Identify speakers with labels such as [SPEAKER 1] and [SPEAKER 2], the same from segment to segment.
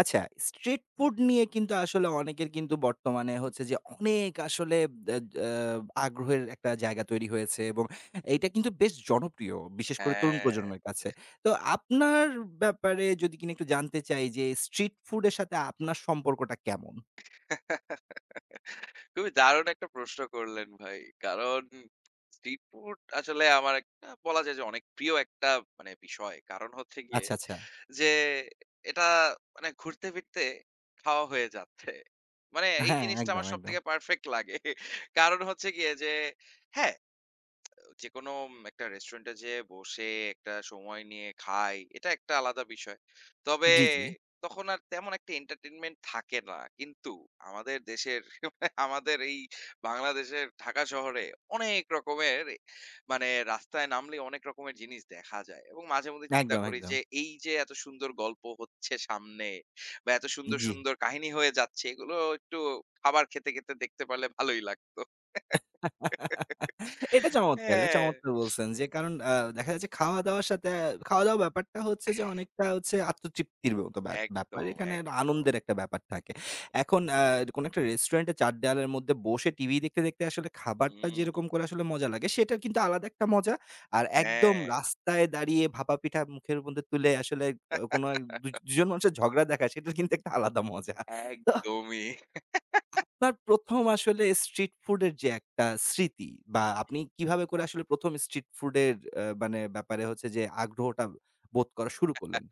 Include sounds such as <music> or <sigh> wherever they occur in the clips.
[SPEAKER 1] আচ্ছা, street food নিয়ে কিন্তু আসলে অনেকের কিন্তু বর্তমানে
[SPEAKER 2] হুম,
[SPEAKER 1] হচ্ছে যে অনেক আসলে দ্যা আ আগ্রহের একটা জায়গা তৈরি হয়েছে এবং এইটা কিন্তু বেশ জনপ্রিয়, বিশেষ করে তরুণ
[SPEAKER 2] হ্যাঁ।
[SPEAKER 1] প্রজন্মের কাছে। তো আপনার ব্যাপারে যদি কিনা একটু জানতে চাই যে স্ট্রিট ফুড এর সাথে আপনার সম্পর্কটা কেমন?
[SPEAKER 2] খুবই দারুণ একটা প্রশ্ন করলেন ভাই। কারণ স্ট্রিট ফুড আসলে আমার একটা বলা যায় যে অনেক প্রিয় একটা মানে বিষয়। কারণ হচ্ছে গিয়ে
[SPEAKER 1] আচ্ছা, আচ্ছা।
[SPEAKER 2] যে এটা মানে ঘুরতে ফিরতে খাওয়া হয়ে যাচ্ছে। মানে এই
[SPEAKER 1] হ্যাঁ,
[SPEAKER 2] জিনিসটা
[SPEAKER 1] একদম,
[SPEAKER 2] আমার
[SPEAKER 1] একদম।
[SPEAKER 2] সবথেকে পারফেক্ট লাগে। কারণ হচ্ছে গিয়ে যে হ্যাঁ যেকোনো একটা রেস্টুরেন্টে যেয়ে বসে একটা সময় নিয়ে খাই, এটা একটা আলাদা বিষয়। তবে
[SPEAKER 1] জি, জি।
[SPEAKER 2] তখন আর তেমন একটা এন্টারটেইনমেন্ট থাকে না। কিন্তু আমাদের দেশের <laughs> আমাদের এই বাংলাদেশের ঢাকা শহরে অনেক রকমের মানে রাস্তায় নামলে অনেক রকমের জিনিস দেখা যায়। এবং মাঝেমধ্যে চিন্তা
[SPEAKER 1] একদম,
[SPEAKER 2] করি
[SPEAKER 1] একদম।
[SPEAKER 2] যে এই যে এত সুন্দর গল্প হচ্ছে সামনে বা এত সুন্দর,
[SPEAKER 1] জি।
[SPEAKER 2] সুন্দর কাহিনী হয়ে যাচ্ছে এগুলো একটু খাবার খেতে, খেতে দেখতে পারলে ভালোই লাগতো। <laughs>
[SPEAKER 1] এটা চমৎকার, এটা
[SPEAKER 2] হ্যাঁ।
[SPEAKER 1] চমৎকার বলছেন যে কারণ দেখা যাচ্ছে খাওয়া-দাওয়ার সাথে খাওয়া-দাওয়া ব্যাপারটা হচ্ছে যে অনেকটা হচ্ছে আত্মতৃপ্তির মতো ব্যাপার।
[SPEAKER 2] একদম,
[SPEAKER 1] এখানে একটা
[SPEAKER 2] একদম।
[SPEAKER 1] আনন্দের একটা ব্যাপার থাকে। এখন কোনো একটা রেস্টুরেন্টে ৪ দেয়ালের মধ্যে বসে টিভি দেখতে, দেখতে আসলে খাবারটা
[SPEAKER 2] হুম,
[SPEAKER 1] যেরকম করে আসলে মজা লাগে সেটার কিন্তু আলাদা একটা মজা। আর একদম
[SPEAKER 2] হ্যাঁ,
[SPEAKER 1] রাস্তায় দাঁড়িয়ে ভাপা পিঠা মুখের মধ্যে তুলে আসলে কোনো এক দুজন মানুষের ঝগড়া দেখা সেটার কিন্তু একটা আলাদা মজা। তো
[SPEAKER 2] একদমই।
[SPEAKER 1] আপনার ১ম আসলে স্ট্রিট ফুডের যে একটা স্মৃতি বা আপনি কিভাবে করে আসলে ১ম স্ট্রিট ফুডের মানে ব্যাপারে হচ্ছে যে আগ্রহটা বোধ করা শুরু করলেন?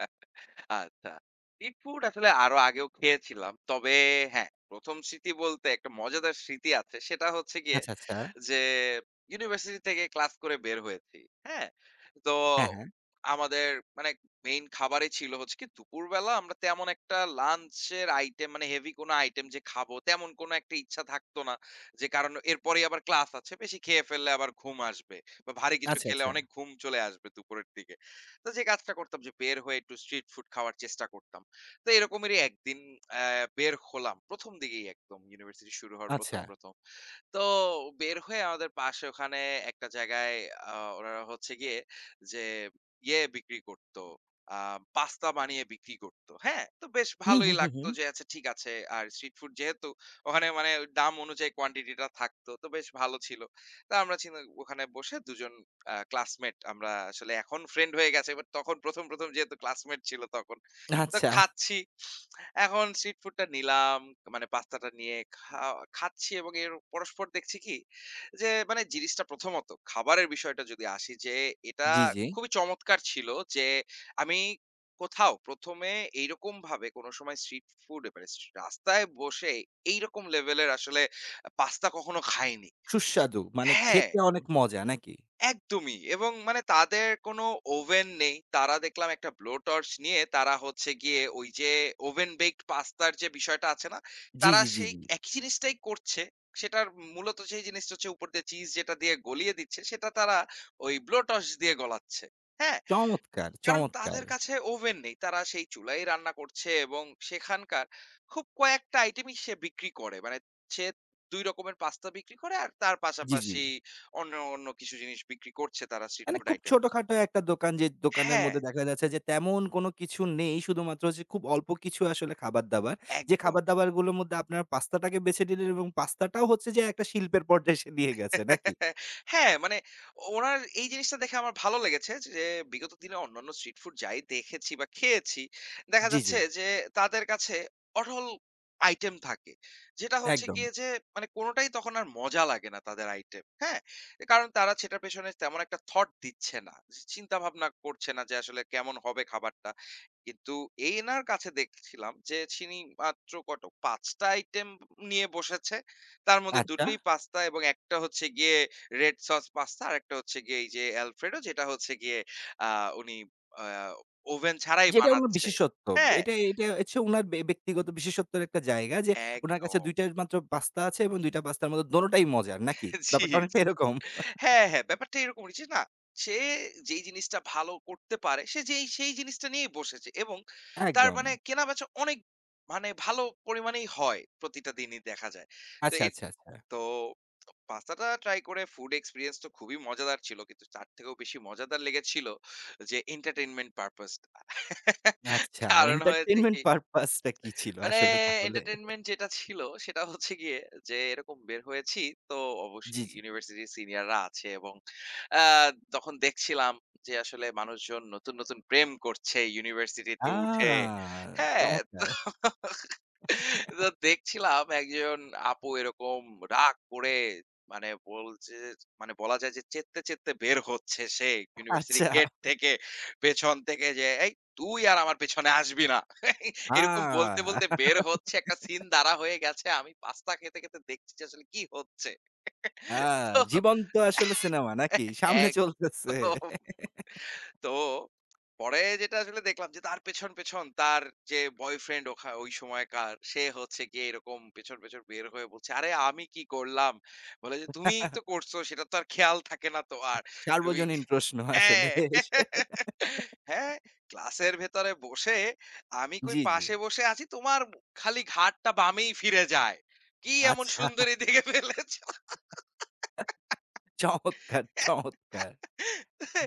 [SPEAKER 2] আচ্ছা। স্ট্রিট ফুড আসলে আরো আগেও খেয়েছিলাম। তবে হ্যাঁ, ১ম স্মৃতি বলতে একটা মজাদার স্মৃতি আছে। সেটা হচ্ছে গিয়ে
[SPEAKER 1] আচ্ছা, আচ্ছা।
[SPEAKER 2] যে ইউনিভার্সিটি থেকে ক্লাস করে বের হয়েছি। হ্যাঁ? তো
[SPEAKER 1] হ্যাঁ, হ্যাঁ।
[SPEAKER 2] আমাদের মানে মেইন খাবারই ছিল হচ্ছে কি দুপুরবেলা আমরা তেমন একটা লাঞ্চের আইটেম মানে হেভি কোনো আইটেম যে খাবো তেমন কোনো একটা ইচ্ছা থাকতো না। যে কারণ এরপরেই আবার ক্লাস আছে। বেশি খেয়ে ফেললে আবার ঘুম আসবে। বা ভারী কিছু
[SPEAKER 1] আচ্ছা,
[SPEAKER 2] খেলে
[SPEAKER 1] আচ্ছা,
[SPEAKER 2] অনেক ঘুম চলে আসবে দুপুরের দিকে। তো যে কাজটা করতাম যে বের হয়ে একটু স্ট্রিট ফুড খাওয়ার চেষ্টা করতাম। তো এরকমেরই একদিন বের হলাম ১ম দিকেই একদম ইউনিভার্সিটি শুরু হওয়ার
[SPEAKER 1] আচ্ছা।
[SPEAKER 2] ১ম, ১ম। তো বের হয়ে আমাদের পাশে ওখানে একটা জায়গায় আ ওনারা হচ্ছে গিয়ে যে বিক্রি করতো। আ পাস্তা বানিয়ে বিক্রি করতো। হ্যাঁ? তো বেশ
[SPEAKER 1] হুম,
[SPEAKER 2] ভালোই
[SPEAKER 1] হুম, হুম,
[SPEAKER 2] লাগতো
[SPEAKER 1] হুম।
[SPEAKER 2] যে আচ্ছা ঠিক আছে। আর স্ট্রিট ফুড যেহেতু ওখানে মানে ওই দাম অনুযায়ী কোয়ান্টিটিটা থাকতো। তো বেশ ভালো ছিল। তো আমরা ছিলাম ওখানে বসে ২ জন ক্লাসমেট আমরা আসলে এখন ফ্রেন্ড হয়ে গেছে। বাট তখন ১ম, ১ম যেহেতু ক্লাসমেট ছিল তখন। তো
[SPEAKER 1] আচ্ছা।
[SPEAKER 2] খাচ্ছি। এখন স্ট্রিট ফুডটা নিলাম, মানে পাস্তাটা নিয়ে খাচ্ছি এবং এর পরস্পর দেখছি কি যে মানে জিনিসটা প্রথমত খাবারের বিষয়টা যদি আসি যে এটা
[SPEAKER 1] জি, জি।
[SPEAKER 2] খুবই চমৎকার ছিল যে আমি কোথাও ১ম এ এইরকমভাবে কোনো সময় স্ট্রিট ফুড মানে রাস্তায় বসে এইরকম লেভেলের আসলে পাস্তা কখনো খাইনি। যে
[SPEAKER 1] সুস্বাদু মানে
[SPEAKER 2] হ্যাঁ।
[SPEAKER 1] খেতে অনেক মজা নাকি?
[SPEAKER 2] একদমই এবং মানে তাদের কোনো ওভেন নেই। তারা দেখলাম একটা blow torch নিয়ে তারা হচ্ছে গিয়ে ওই যে ওভেন বেকড পাস্তার যে বিষয়টা আছে না?
[SPEAKER 1] জি,
[SPEAKER 2] তারা
[SPEAKER 1] জি, জি,
[SPEAKER 2] সেই
[SPEAKER 1] জি।
[SPEAKER 2] একই জিনিসটাই করছে। সেটার মূলত সেই জিনিসটা হচ্ছে উপর দিয়ে চিজ যেটা দিয়ে গলিয়ে দিচ্ছে সেটা তারা ওই blow torch দিয়ে গলাচ্ছে। হ্যাঁ?
[SPEAKER 1] চমৎকার,
[SPEAKER 2] কারণ
[SPEAKER 1] চমৎকার।
[SPEAKER 2] তাদের কাছে ওভেন নেই। তারা সেই চুলায় রান্না করছে এবং সেখানকার খুব কয়েকটা আইটেমই সে বিক্রি করে। মানে সে ২ রকমের পাস্তা বিক্রি করে আর তার
[SPEAKER 1] জি, জি।
[SPEAKER 2] পাশাপাশি অন্য, অন্য কিছু জিনিস বিক্রি করছে তারা স্ট্রিট
[SPEAKER 1] মানে
[SPEAKER 2] ফুড
[SPEAKER 1] খুব
[SPEAKER 2] আইটেম
[SPEAKER 1] ছোটখাটো একটা দোকান যে দোকানের
[SPEAKER 2] হ্যাঁ,
[SPEAKER 1] মধ্যে দেখা যাচ্ছে যে তেমন কোনো কিছু নেই। শুধুমাত্র যে খুব অল্প কিছু আসলে খাবার-দাবার। যে
[SPEAKER 2] একদম।
[SPEAKER 1] খাবার-দাবারগুলোর মধ্যে আপনারা পাস্তাটাকে বেছে নিলেন এবং পাস্তাটাও হচ্ছে যে একটা শিল্পের পর্যায়ে এসে নিয়ে গেছে নাকি?
[SPEAKER 2] হ্যাঁ, মানে ওনার এই জিনিসটা দেখে আমার ভালো লেগেছে যে বিগত দিনে অন্যান্য স্ট্রিট ফুড যাই দেখেছি বা খেয়েছি, দেখা
[SPEAKER 1] জি, জি।
[SPEAKER 2] যাচ্ছে যে তাদের কাছে অঢল আইটেম থাকে। যেটা হচ্ছে
[SPEAKER 1] একদম।
[SPEAKER 2] গিয়ে যে মানে কোনটাই তখন আর মজা লাগে না তাদের আইটেম, হ্যাঁ? কারণ তারা সেটার পেছনে তেমন একটা থট দিচ্ছে না। চিন্তা ভাবনা করছে না যে আসলে কেমন হবে খাবারটা। কিন্তু এই এনার কাছে দেখছিলাম যে তিনি মাত্র কত ৫ টা আইটেম নিয়ে বসেছে। তার মধ্যে ২
[SPEAKER 1] আচ্ছা।
[SPEAKER 2] টোই পাস্তা এবং একটা হচ্ছে গিয়ে রেড সস পাস্তা আরেকটা হচ্ছে গিয়ে এই যে অ্যালফ্রেডো যেটা হচ্ছে গিয়ে আ উনি আ ওভেন ছাড়াই
[SPEAKER 1] যেটা উনার
[SPEAKER 2] বানাচ্ছে।
[SPEAKER 1] বিশেষত্ব।
[SPEAKER 2] হ্যাঁ?
[SPEAKER 1] এটা এটা হচ্ছে উনার ব্যক্তিগত বিশেষত্বের একটা জায়গা যে উনার কাছে
[SPEAKER 2] একদম।
[SPEAKER 1] ২ টা মাত্র পাস্তা আছে এবং ২ টা পাস্তার মধ্যে দোনোটাই মজার নাকি?
[SPEAKER 2] <laughs> জি,
[SPEAKER 1] ব্যাপারটা অনেকটা
[SPEAKER 2] জি।
[SPEAKER 1] এরকম।
[SPEAKER 2] হ্যাঁ, হ্যাঁ, ব্যাপারটা এরকম যে না, সে যেই জিনিসটা ভালো করতে পারে সে যেই সেই জিনিসটা নিয়েই বসেছে এবং তার
[SPEAKER 1] একদম।
[SPEAKER 2] মানে কেনাবেচা অনেক মানে ভালো পরিমাণেই হয় প্রতিটা দিনই দেখা যায়। তো
[SPEAKER 1] আচ্ছা,
[SPEAKER 2] এ
[SPEAKER 1] আচ্ছা, আচ্ছা।
[SPEAKER 2] তো পাস্তাটা ট্রাই করে ফুড এক্সপেরিয়েন্স তো খুবই মজাদার ছিল। কিন্তু তার থেকেও বেশি মজাদার লেগেছিল যে এন্টারটেইনমেন্ট পারপাস টা।
[SPEAKER 1] আচ্ছা,
[SPEAKER 2] কারণ হয়েছে
[SPEAKER 1] এন্টারটেইনমেন্ট
[SPEAKER 2] কি
[SPEAKER 1] পারপাস টা কি ছিল
[SPEAKER 2] মানে
[SPEAKER 1] আসলে তাহলে?
[SPEAKER 2] এন্টারটেইনমেন্ট যেটা ছিল সেটা হচ্ছে গিয়ে যে এরকম বের হয়েছি তো
[SPEAKER 1] জি,
[SPEAKER 2] অবশ্যই
[SPEAKER 1] জি।
[SPEAKER 2] ইউনিভার্সিটির সিনিয়ররা আছে এবং আ তখন দেখছিলাম যে আসলে মানুষজন নতুন, নতুন প্রেম করছে ইউনিভার্সিটিতে
[SPEAKER 1] আ
[SPEAKER 2] উঠে। হ্যাঁ? তো
[SPEAKER 1] চমৎকার!
[SPEAKER 2] তো দেখছিলাম একজন আপু এরকম রাগ করে মানে বলছে মানে বলা যায় যে চেত্তে চেত্তে বের হচ্ছে সে ইউনিভার্সিটি
[SPEAKER 1] আচ্ছা।
[SPEAKER 2] গেট থেকে পেছন থেকে যে এই তুই আর আমার পেছনে আসবি না এরকম
[SPEAKER 1] আ
[SPEAKER 2] বলতে বলতে বের হচ্ছে একটা সিন দাঁড়া হয়ে গেছে আমি পাস্তা খেতে খেতে দেখছি যে আসলে কি হচ্ছে
[SPEAKER 1] আ
[SPEAKER 2] তো
[SPEAKER 1] জীবন্ত আসলে সিনেমা নাকি? সামনে চলতেছে।
[SPEAKER 2] একদম তো পরে যেটা আসলে দেখলাম যে তার পেছন, পেছন তার যে বয়ফ্রেন্ড ওই সময়কার সে হচ্ছে গিয়ে এরকম পেছন, পেছন বের হয়ে বলছে, "আরে আমি কি করলাম?" বলে যে, "তুমিই তো করছো সেটা তো আর খেয়াল থাকে না তো আর। তুমি"
[SPEAKER 1] সার্বজনীন প্রশ্ন আসলে।
[SPEAKER 2] হ্যাঁ, হ্যাঁ, ক্লাসের ভেতরে বসে আমি কই
[SPEAKER 1] জি, জি।
[SPEAKER 2] পাশে বসে আছি তোমার খালি ঘাড়টা বামেই ফিরে যায়। কি এমন
[SPEAKER 1] আচ্ছা।
[SPEAKER 2] সুন্দরী দেখে ফেলেছ?
[SPEAKER 1] চমৎকার, চমৎকার!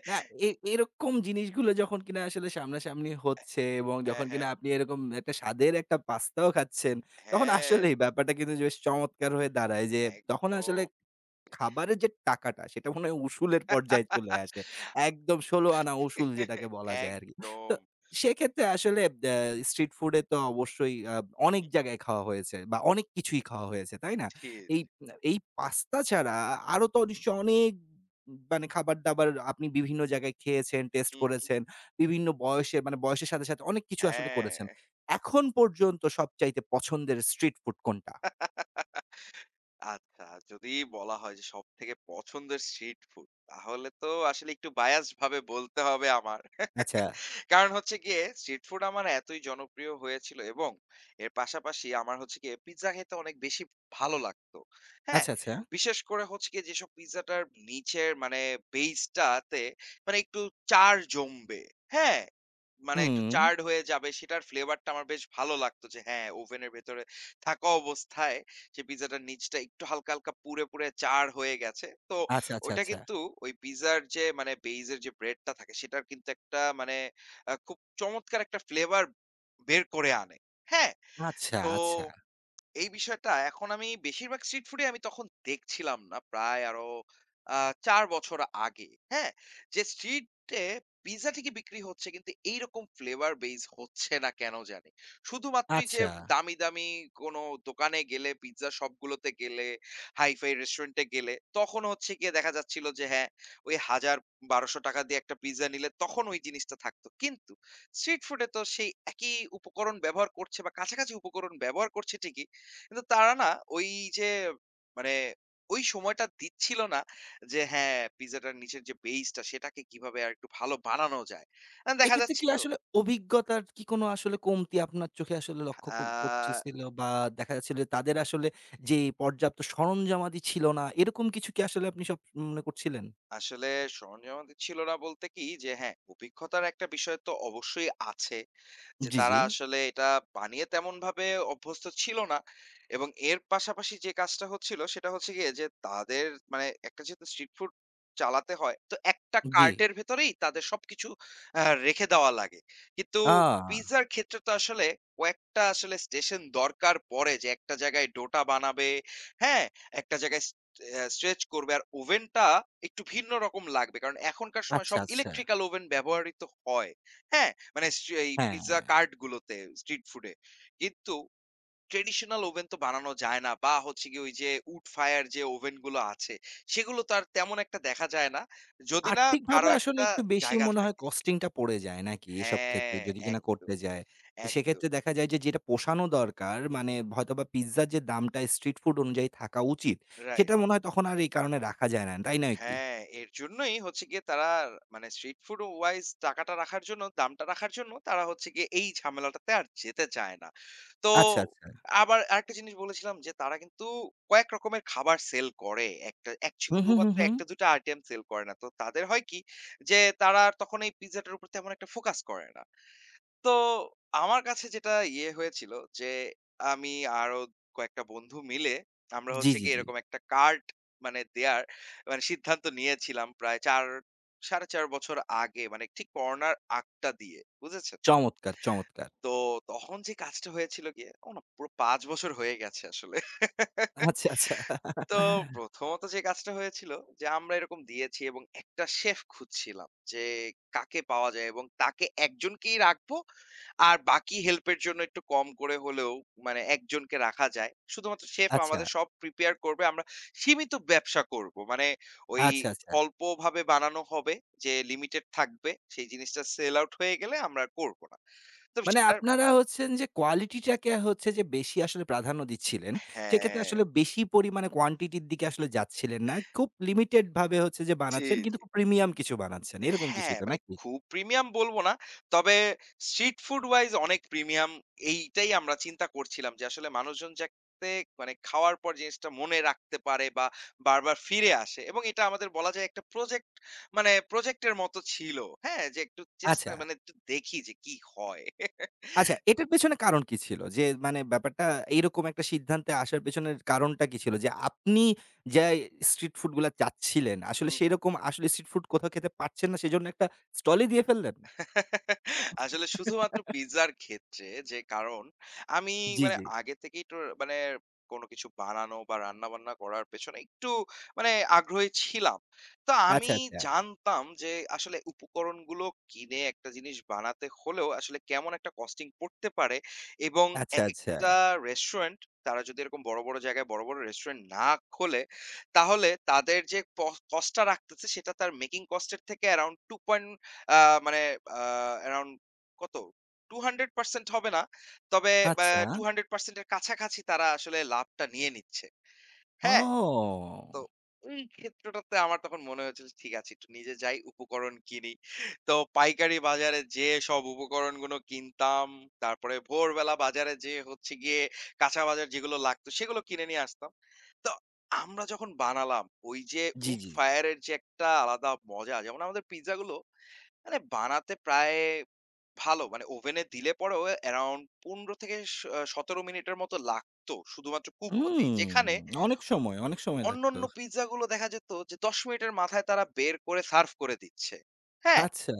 [SPEAKER 1] না, এ এরকম জিনিসগুলো যখন কিনা আসলে সামনাসামনি হচ্ছে এবং
[SPEAKER 2] হ্যাঁ,
[SPEAKER 1] যখন কিনা
[SPEAKER 2] হ্যাঁ,
[SPEAKER 1] আপনি এরকম একটা স্বাদের একটা পাস্তাও খাচ্ছেন, তখন
[SPEAKER 2] হ্যাঁ,
[SPEAKER 1] আসলেই ব্যাপারটা কিন্তু বেশ চমৎকার হয়ে দাঁড়ায় যে তখন আসলে
[SPEAKER 2] একদম।
[SPEAKER 1] খাবারের যে টাকাটা সেটা মনে হয় উসুলের পর্যায়ে চলে আসে। একদম ১৬ আনা উসুল যেটাকে বলা যায় আরকি। তো
[SPEAKER 2] একদম।
[SPEAKER 1] সেক্ষেত্রে আসলে স্ট্রিট ফুডে তো অবশ্যই
[SPEAKER 2] হু,
[SPEAKER 1] অনেক
[SPEAKER 2] হু।
[SPEAKER 1] জায়গায় খাওয়া হয়েছে বা অনেক কিছুই খাওয়া হয়েছে, তাই না?
[SPEAKER 2] ছি,
[SPEAKER 1] এই
[SPEAKER 2] ছি।
[SPEAKER 1] এই পাস্তা ছাড়া আরো তো নিশ্চয়ই অনেক মানে খাবার-দাবার আপনি বিভিন্ন জায়গায় খেয়েছেন, টেস্ট
[SPEAKER 2] হু,
[SPEAKER 1] করেছেন। বিভিন্ন বয়সে মানে বয়সের সাথে, সাথে অনেক কিছু আসলে করেছেন।
[SPEAKER 2] হ্যাঁ।
[SPEAKER 1] এখন পর্যন্ত সবচাইতে পছন্দের স্ট্রিট ফুড কোনটা?
[SPEAKER 2] আচ্ছা, যদি বলা হয় যে সবথেকে পছন্দের স্ট্রিট ফুড তাহলে তো আসলে একটু বায়াসড ভাবে বলতে হবে আমার।
[SPEAKER 1] আচ্ছা,
[SPEAKER 2] <laughs> কারণ হচ্ছে গিয়ে স্ট্রিট ফুড আমার এতই জনপ্রিয় হয়েছিল এবং এর পাশাপাশি আমার হচ্ছে গিয়ে পিজ্জা খেতে অনেক বেশি ভালো লাগতো। হ্যাঁ?
[SPEAKER 1] আচ্ছা, আচ্ছা।
[SPEAKER 2] বিশেষ করে হচ্ছে গিয়ে যেসব পিজ্জাটার নিচের মানে বেইসটাতে মানে একটু চাড় জমবে। হ্যাঁ? মানে একটু
[SPEAKER 1] হুম।
[SPEAKER 2] চার্ড হয়ে যাবে সেটার ফ্লেভারটা আমার বেশ ভালো লাগতো যে হ্যাঁ, ওভেনের ভেতরে থাকা অবস্থায় যে পিজ্জাটার নিচটা একটু হালকা, হালকা পুড়ে, পুড়ে চার হয়ে গেছে। তো
[SPEAKER 1] আচ্ছা, আচ্ছা,
[SPEAKER 2] ওইটা
[SPEAKER 1] আচ্ছা।
[SPEAKER 2] কিন্তু ওই পিজ্জার যে মানে বেইজ এর যে ব্রেডটা থাকে সেটার কিন্তু একটা মানে খুব চমৎকার একটা ফ্লেভার বের করে আনে। হ্যাঁ?
[SPEAKER 1] আচ্ছা,
[SPEAKER 2] তো
[SPEAKER 1] আচ্ছা,
[SPEAKER 2] এই বিষয়টা এখন আমি বেশিরভাগ স্ট্রিট ফুডই আমি তখন দেখছিলাম না। প্রায় আরো আ ৪ বছর আগে। হ্যাঁ? যে স্ট্রিটে পিজ্জা ঠিকই বিক্রি হচ্ছে কিন্তু এইরকম ফ্লেভার বেস হচ্ছে না কেন জানি। শুধুমাত্রই যে
[SPEAKER 1] আচ্ছা।
[SPEAKER 2] দামি, দামি কোনো দোকানে গেলে পিজ্জা শপগুলোতে গেলে, হাই-ফাই রেস্টুরেন্টে গেলে তখন হচ্ছে গিয়ে দেখা যাচ্ছিল যে হ্যাঁ, ওই ১০০০-১২০০ দিয়ে একটা পিজ্জা নিলে তখন ওই জিনিসটা থাকতো। কিন্তু স্ট্রিট ফুডে তো সেই একই উপকরণ ব্যবহার করছে বা কাছাকাছি উপকরণ ব্যবহার করছে ঠিকই। কিন্তু তারা না ওই যে মানে ওই সময়টা দিচ্ছিল না যে হ্যাঁ পিজ্জাটার নিচের যে বেইসটা সেটাকে কিভাবে আর একটু ভালো বানানো যায়। দেখা
[SPEAKER 1] এক্ষেত্রে কি
[SPEAKER 2] যাচ্ছিল
[SPEAKER 1] আসলে অভিজ্ঞতার কি কোনো আসলে কমতি আপনার চোখে আসলে লক্ষ্য
[SPEAKER 2] আ
[SPEAKER 1] পড়তেছিল বা দেখা যাচ্ছিল যে তাদের আসলে যে পর্যাপ্ত সরঞ্জামাদি ছিল না, এরকম কিছু কি আসলে আপনি সব মনে করছিলেন?
[SPEAKER 2] আসলে সরঞ্জামাদি ছিল না বলতে কি যে হ্যাঁ, অভিজ্ঞতার একটা বিষয় তো অবশ্যই আছে। যে
[SPEAKER 1] জি,
[SPEAKER 2] তারা
[SPEAKER 1] জি।
[SPEAKER 2] আসলে এটা বানিয়ে তেমনভাবে অভ্যস্ত ছিল না। এবং এর পাশাপাশি যে কাজটা হচ্ছিল সেটা হচ্ছে গিয়ে যে তাদের মানে একটা যেহেতু স্ট্রিট ফুড চালাতে হয়, তো একটা
[SPEAKER 1] জি।
[SPEAKER 2] কার্টের ভেতরেই তাদের সবকিছু রেখে দেওয়া লাগে। কিন্তু
[SPEAKER 1] আ
[SPEAKER 2] পিজ্জার ক্ষেত্রে তো আসলে কয়েকটা আসলে স্টেশন দরকার পড়ে যে একটা জায়গায় ডোটা বানাবে, হ্যাঁ? একটা জায়গায় স অ্যা স্ট্রেচ করবে। আর ওভেনটা একটু ভিন্ন রকম লাগবে। কারণ এখনকার সময়
[SPEAKER 1] আচ্ছা,
[SPEAKER 2] সব
[SPEAKER 1] আচ্ছা।
[SPEAKER 2] ইলেকট্রিক্যাল ওভেন ব্যবহৃত হয়। হ্যাঁ? মানে এই
[SPEAKER 1] হ্যাঁ।
[SPEAKER 2] পিজ্জা কার্ট গুলোতে স্ট্রিট ফুডে। কিন্তু ট্র্যাডিশনাল ওভেন তো বানানো যায় না বা হচ্ছে গিয়ে ওই যে উড ফায়ার যে ওভেন গুলো আছে, সেগুলো তো আর তেমন একটা দেখা যায় না। যদি না
[SPEAKER 1] আর্থিকভাবে
[SPEAKER 2] কারো
[SPEAKER 1] আসলে
[SPEAKER 2] একটা
[SPEAKER 1] একটু বেশি
[SPEAKER 2] জায়গা
[SPEAKER 1] মনে হয়
[SPEAKER 2] থাকে।
[SPEAKER 1] কস্টিং টা পড়ে যায় নাকি এসব ক্ষেত্রে
[SPEAKER 2] হ্যাঁ,
[SPEAKER 1] যদি কিনা
[SPEAKER 2] একদম,
[SPEAKER 1] করতে যায়। তো
[SPEAKER 2] একদম।
[SPEAKER 1] সেক্ষেত্রে দেখা যায় যে যেটা পোষানো দরকার
[SPEAKER 2] হু,
[SPEAKER 1] মানে
[SPEAKER 2] হু।
[SPEAKER 1] হয়তোবা পিজ্জার যে দামটা স্ট্রিট ফুড অনুযায়ী থাকা উচিত সেটা
[SPEAKER 2] রাইট।
[SPEAKER 1] মনে হয় তখন আর এই কারণে রাখা যায় না। তাই নয় কি?
[SPEAKER 2] হ্যাঁ, এর জন্যই হচ্ছে গিয়ে তারা মানে স্ট্রিট ফুড ওয়াইজ টাকাটা রাখার জন্য, দামটা রাখার জন্য তারা হচ্ছে গিয়ে এই ঝামেলাটাতে আর যেতে চায় না। তো
[SPEAKER 1] আচ্ছা, আচ্ছা।
[SPEAKER 2] আবার আরেকটা জিনিস বলেছিলাম যে তারা কিন্তু কয়েক রকমের খাবার সেল করে। একটা এক
[SPEAKER 1] হুম, হুম, হুম,
[SPEAKER 2] শুধুমাত্র
[SPEAKER 1] হুম।
[SPEAKER 2] ১ টা ২ টা আইটেম সেল করে না। তো তাদের হয় কি যে তারা আর তখন এই পিজ্জাটার উপর তেমন একটা ফোকাস করে না। তো আমার কাছে যেটা ইয়ে হয়েছিল যে আমি আরো কয়েকটা বন্ধু মিলে আমরা
[SPEAKER 1] জি,
[SPEAKER 2] হচ্ছে
[SPEAKER 1] জি,
[SPEAKER 2] গিয়ে
[SPEAKER 1] জি।
[SPEAKER 2] এরকম একটা কার্ড মানে দেয়ার মানে সিদ্ধান্ত নিয়েছিলাম প্রায় ৪ ৪.৫ বছর আগে মানে ঠিক করোনার আগটা দিয়ে, বুঝেছেন?
[SPEAKER 1] চমৎকার, চমৎকার।
[SPEAKER 2] তো তখন যে কাজটা হয়েছিল গিয়ে ও না পুরো ৫ বছর হয়ে গেছে আসলে। <laughs>
[SPEAKER 1] আচ্ছা, আচ্ছা।
[SPEAKER 2] তো প্রথমত যে কাজটা হয়েছিল যে আমরা এরকম দিয়েছি এবং একটা শেফ খুঁজছিলাম যে কাকে পাওয়া যায় এবং তাকে একজনকেই রাখবো আর বাকি হেল্পের জন্য একটু কম করে হলেও মানে একজনকে রাখা যায়। শুধুমাত্র শেফ
[SPEAKER 1] আচ্ছা,
[SPEAKER 2] আমাদের সব প্রিপেয়ার করবে। আমরা সীমিত ব্যবসা করব। মানে ওই
[SPEAKER 1] আচ্ছা, আচ্ছা।
[SPEAKER 2] অল্পভাবে বানানো হবে যে লিমিটেড থাকবে। সেই জিনিসটা সেল আউট হয়ে গেলে আমরা আর করব না। তো
[SPEAKER 1] মানে
[SPEAKER 2] সেটার
[SPEAKER 1] আপনারা হচ্ছেন যে কোয়ালিটিটাকে হচ্ছে যে বেশি আসলে প্রাধান্য দিচ্ছিলেন। সেক্ষেত্রে
[SPEAKER 2] হ্যাঁ।
[SPEAKER 1] আসলে বেশি পরিমাণে কোয়ান্টিটির দিকে আসলে
[SPEAKER 2] <laughs>
[SPEAKER 1] যাচ্ছিলেন না। খুব লিমিটেড ভাবে হচ্ছে যে
[SPEAKER 2] জি,
[SPEAKER 1] বানাচ্ছেন কিন্তু
[SPEAKER 2] জি।
[SPEAKER 1] খুব প্রিমিয়াম কিছু বানাচ্ছেন। এরকম কিছুই
[SPEAKER 2] হ্যাঁ,
[SPEAKER 1] তো
[SPEAKER 2] মানে
[SPEAKER 1] নাকি?
[SPEAKER 2] খুব প্রিমিয়াম বলব না। তবে স্ট্রিট ফুড ওয়াইজ অনেক প্রিমিয়াম। এইটাই আমরা চিন্তা করছিলাম যে আসলে মানুষজন যাতে মানে খাওয়ার পর জিনিসটা মনে রাখতে পারে বা বারবার ফিরে আসে এবং এটা আমাদের বলা যায় একটা প্রজেক্ট মানে প্রজেক্ট এর মতো ছিল। হ্যাঁ? যে একটু চেষ্টা
[SPEAKER 1] আচ্ছা,
[SPEAKER 2] মানে একটু দেখি যে কি হয়।
[SPEAKER 1] আচ্ছা, এটার পেছনে কারণ কি ছিল? যে মানে ব্যাপারটা এইরকম একটা সিদ্ধান্তে আসার পেছনের কারণটা কি ছিল? যে আপনি যে স্ট্রিট ফুড গুলা চাচ্ছিলেন আসলে সেরকম আসলে স্ট্রিট ফুড কোথাও খেতে পারছেন না সেজন্য একটা স্টলই দিয়ে ফেললেন?
[SPEAKER 2] আসলে শুধুমাত্র
[SPEAKER 1] <laughs>
[SPEAKER 2] পিজ্জার ক্ষেত্রে যে কারণ আমি
[SPEAKER 1] জি,
[SPEAKER 2] মানে
[SPEAKER 1] জি।
[SPEAKER 2] আগে থেকেই তো মানে কোনো কিছু বানানো বা রান্না-বান্না করার পেছনে একটু মানে আগ্রহী ছিলাম। তো
[SPEAKER 1] আচ্ছা,
[SPEAKER 2] আমি
[SPEAKER 1] আচ্ছা,
[SPEAKER 2] জানতাম যে আসলে উপকরণগুলো কিনে একটা জিনিস বানাতে হলেও আসলে কেমন একটা কস্টিং পড়তে পারে এবং
[SPEAKER 1] আচ্ছা, আচ্ছা,
[SPEAKER 2] একেকটা রেস্টুরেন্ট তারা যদি এরকম বড়, বড় জায়গায় বড়, বড় রেস্টুরেন্ট না খোলে, তাহলে তাদের যে কস্টটা রাখতেছে সেটা তার মেকিং কস্ট এর থেকে অ্যারাউন্ড টু পয়েন্ট আ মানে আ অ্যারাউন্ড কত? 200% হবে না। তবে অ্যা
[SPEAKER 1] আচ্ছা।
[SPEAKER 2] 200% এর কাছাকাছি তারা আসলে লাভটা নিয়ে নিচ্ছে। হ্যাঁ? তো
[SPEAKER 1] ও!
[SPEAKER 2] ওই ক্ষেত্রটাতে আমার তখন মনে হয়েছিল ঠিক আছে একটু নিজে যাই উপকরণ কিনি। তো পাইকারি বাজারে যেয়ে সব উপকরণগুলো কিনতাম। তারপরে ভোরবেলা বাজারে যেয়ে হচ্ছে গিয়ে কাঁচা বাজার যেগুলো লাগতো সেগুলো কিনে নিয়ে আসতাম। তো আমরা যখন বানালাম ওই যে
[SPEAKER 1] জি,
[SPEAKER 2] উড
[SPEAKER 1] জি, জি।
[SPEAKER 2] ফায়ার এর যে একটা আলাদা মজা যেমন আমাদের পিজ্জা গুলো মানে বানাতে প্রায় ভালো। মানে ওভেনে দিলে পরেও around ১৫ থেকে ১৭ মিনিটের মতো লাগতো শুধুমাত্র কুক হতেই।
[SPEAKER 1] হুম,
[SPEAKER 2] যেখানে
[SPEAKER 1] অনেক সময়, অনেক সময় লাগতো।
[SPEAKER 2] অন্যান্য পিজ্জাগুলো দেখা যেত যে ১০ মিনিটের মাথায় তারা বের করে সার্ভ করে দিচ্ছে। হ্যাঁ?
[SPEAKER 1] আচ্ছা,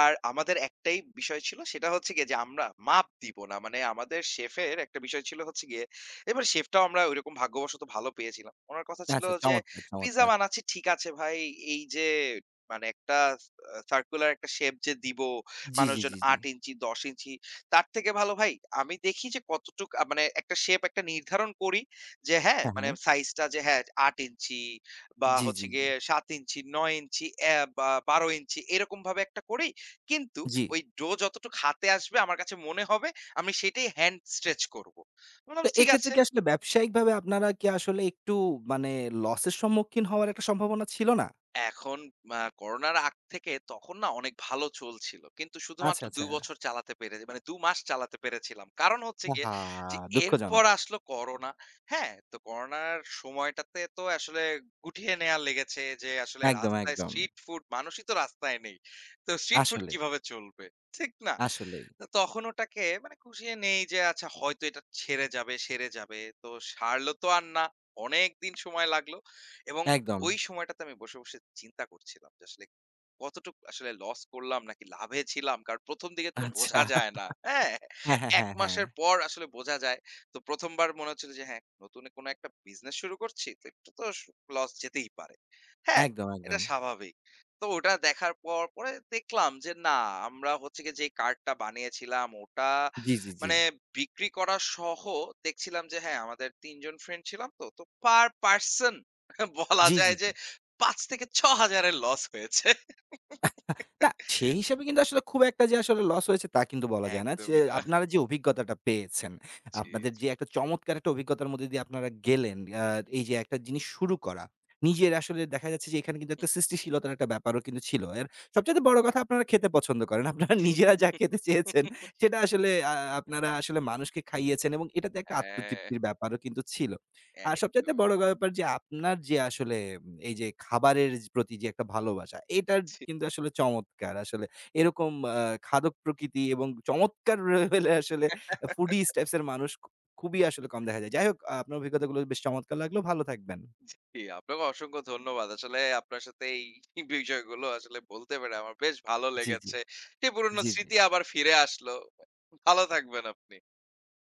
[SPEAKER 2] আর আমাদের একটাই বিষয় ছিল সেটা হচ্ছে গিয়ে যে আমরা মাপ দিব না। মানে আমাদের শেফের একটা বিষয় ছিল হচ্ছে গিয়ে এবার শেফটাও আমরা ঐরকম ভাগ্যবশত ভালো পেয়েছিলাম। উনার কথা ছিল
[SPEAKER 1] আচ্ছা,
[SPEAKER 2] যে,
[SPEAKER 1] চমৎকার,
[SPEAKER 2] "পিজ্জা
[SPEAKER 1] চমৎকার।
[SPEAKER 2] বানাচ্ছি ঠিক আছে ভাই, এই যে মানে একটা সার্কুলার একটা শেপ যে দিব
[SPEAKER 1] জি, জি,
[SPEAKER 2] মানুষজন
[SPEAKER 1] জি, জি।
[SPEAKER 2] ৮ ইঞ্চি, ১০ ইঞ্চি তার থেকে ভালো ভাই আমি দেখি যে কতটুক মানে একটা শেপ একটা নির্ধারণ করি যে হ্যাঁ,
[SPEAKER 1] হ্যাঁ,
[SPEAKER 2] মানে
[SPEAKER 1] হ্যাঁ।
[SPEAKER 2] সাইজটা যে হ্যাঁ ৮ ইঞ্চি বা
[SPEAKER 1] জি, জি,
[SPEAKER 2] হচ্ছে
[SPEAKER 1] জি,
[SPEAKER 2] গিয়ে ৭ ইঞ্চি, ৯ ইঞ্চি, বা ১২ ইঞ্চি এরকমভাবে একটা করি। কিন্তু
[SPEAKER 1] জি।
[SPEAKER 2] ওই ডো যতটুক হাতে আসবে আমার কাছে মনে হবে আমি সেটাই হ্যান্ড স্ট্রেচ করব। বললাম
[SPEAKER 1] তো
[SPEAKER 2] ঠিক
[SPEAKER 1] এক্ষেত্রে
[SPEAKER 2] আছে।
[SPEAKER 1] কি আসলে ব্যবসায়িকভাবে আপনারা কি আসলে একটু মানে লসের সম্মুখীন হওয়ার একটা সম্ভাবনা ছিল না?
[SPEAKER 2] এখন করোনার আগ থেকে তখন না অনেক ভালো চলছিল। কিন্তু
[SPEAKER 1] আচ্ছা,
[SPEAKER 2] শুধুমাত্র
[SPEAKER 1] আচ্ছা।
[SPEAKER 2] ২ বছর চালাতে পেরে মানে ২ মাস চালাতে পেরেছিলাম। কারণ হচ্ছে গিয়ে
[SPEAKER 1] আহা!
[SPEAKER 2] যে এরপর
[SPEAKER 1] দুঃখজনক।
[SPEAKER 2] আসলো করোনা। হ্যাঁ? তো করোনার সময়টাতে তো আসলে গুটিয়ে নেয়া লেগেছে যে আসলে
[SPEAKER 1] একদম,
[SPEAKER 2] রাস্তায়
[SPEAKER 1] একদম।
[SPEAKER 2] স্ট্রিট ফুড মানুষই তো রাস্তায় নেই। তো স্ট্রিট ফুড
[SPEAKER 1] আসলেই,
[SPEAKER 2] কিভাবে চলবে? ঠিক না?
[SPEAKER 1] আসলেই।
[SPEAKER 2] তো তখন ওটাকে মানে খুশিয়ে নেই যে আচ্ছা হয়তো এটা ছেড়ে যাবে, সেরে যাবে। তো সারল তো আর না। অনেকদিন সময় লাগলো এবং
[SPEAKER 1] একদম।
[SPEAKER 2] ওই সময়টাতে আমি বসে, বসে চিন্তা করছিলাম যে আসলে কতটুক আসলে লস করলাম নাকি লাভে ছিলাম। কারণ ১ম দিকে তো
[SPEAKER 1] আচ্ছা।
[SPEAKER 2] বোঝা যায় না। হ্যাঁ?
[SPEAKER 1] হ্যাঁ, হ্যাঁ,
[SPEAKER 2] ১
[SPEAKER 1] হ্যাঁ,
[SPEAKER 2] মাসের
[SPEAKER 1] হ্যাঁ।
[SPEAKER 2] পর আসলে বোঝা যায়। তো ১ম বার মনে হচ্ছিল যে হ্যাঁ, নতুন কোনো একটা বিজনেস শুরু করছি। তো একটু তো লস যেতেই পারে। হ্যাঁ?
[SPEAKER 1] একদম,
[SPEAKER 2] এটা
[SPEAKER 1] একদম।
[SPEAKER 2] স্বাভাবিক। তো ওটা দেখার পর পরে দেখলাম যে না আমরা হচ্ছে গিয়ে যে কার্ডটা বানিয়েছিলাম ওটা
[SPEAKER 1] জি, জি, জি।
[SPEAKER 2] মানে বিক্রি করা সহ দেখছিলাম যে হ্যাঁ, আমাদের ৩ জন ফ্রেন্ড ছিলাম তো। তো পার পারসন বলা
[SPEAKER 1] জি, জি,
[SPEAKER 2] যায় যে
[SPEAKER 1] জি।
[SPEAKER 2] ৫,০০০-৬,০০০ এর লস হয়েছে।
[SPEAKER 1] না, সেই হিসাবে কিন্তু আসলে খুব একটা যে আসলে লস হয়েছে তা কিন্তু বলা যায় না। যে
[SPEAKER 2] একদমই না।
[SPEAKER 1] আপনারা যে অভিজ্ঞতাটা পেয়েছেন,
[SPEAKER 2] জি,
[SPEAKER 1] আপনাদের
[SPEAKER 2] জি।
[SPEAKER 1] যে একটা চমৎকার একটা অভিজ্ঞতার মধ্যে দিয়ে আপনারা গেলেন, এই যে একটা জিনিস শুরু করা। নিজের আসলে দেখা যাচ্ছে যে এখানে কিন্তু একটা সৃষ্টিশীলতার একটা ব্যাপারও কিন্তু ছিল। এর সবচাইতে বড় কথা আপনারা খেতে পছন্দ করেন। আপনারা নিজেরা যা খেতে চেয়েছেন সেটা আসলে আপনারা আসলে মানুষকে খাইয়েছেন এবং এটাতে একটা
[SPEAKER 2] হ্যাঁ,
[SPEAKER 1] আত্মতৃপ্তির ব্যাপারও কিন্তু ছিল। আর সবচাইতে
[SPEAKER 2] একদমই।
[SPEAKER 1] বড় ব্যাপার যে আপনার যে আসলে এই যে খাবারের প্রতি যে একটা ভালোবাসা, এটার
[SPEAKER 2] জি।
[SPEAKER 1] কিন্তু আসলে চমৎকার। আসলে এরকম খাদক প্রকৃতি এবং চমৎকার <laughs> লেভেলে আসলে ফুডিজ টাইপস এর মানুষ খুবই আসলে কম দেখা যায়। যাই হোক, আপনার অভিজ্ঞতাগুলো বেশ চমৎকার লাগলো। ভালো থাকবেন।
[SPEAKER 2] জি, আপনাকে অসংখ্য ধন্যবাদ। আসলে আপনার সাথে এই বিষয়গুলো আসলে বলতে পেরে আমার বেশ ভালো
[SPEAKER 1] জি, জি।
[SPEAKER 2] লেগেছে। সেই পুরনো
[SPEAKER 1] জি, জি।
[SPEAKER 2] স্মৃতি আবার ফিরে আসলো। ভালো থাকবেন আপনি।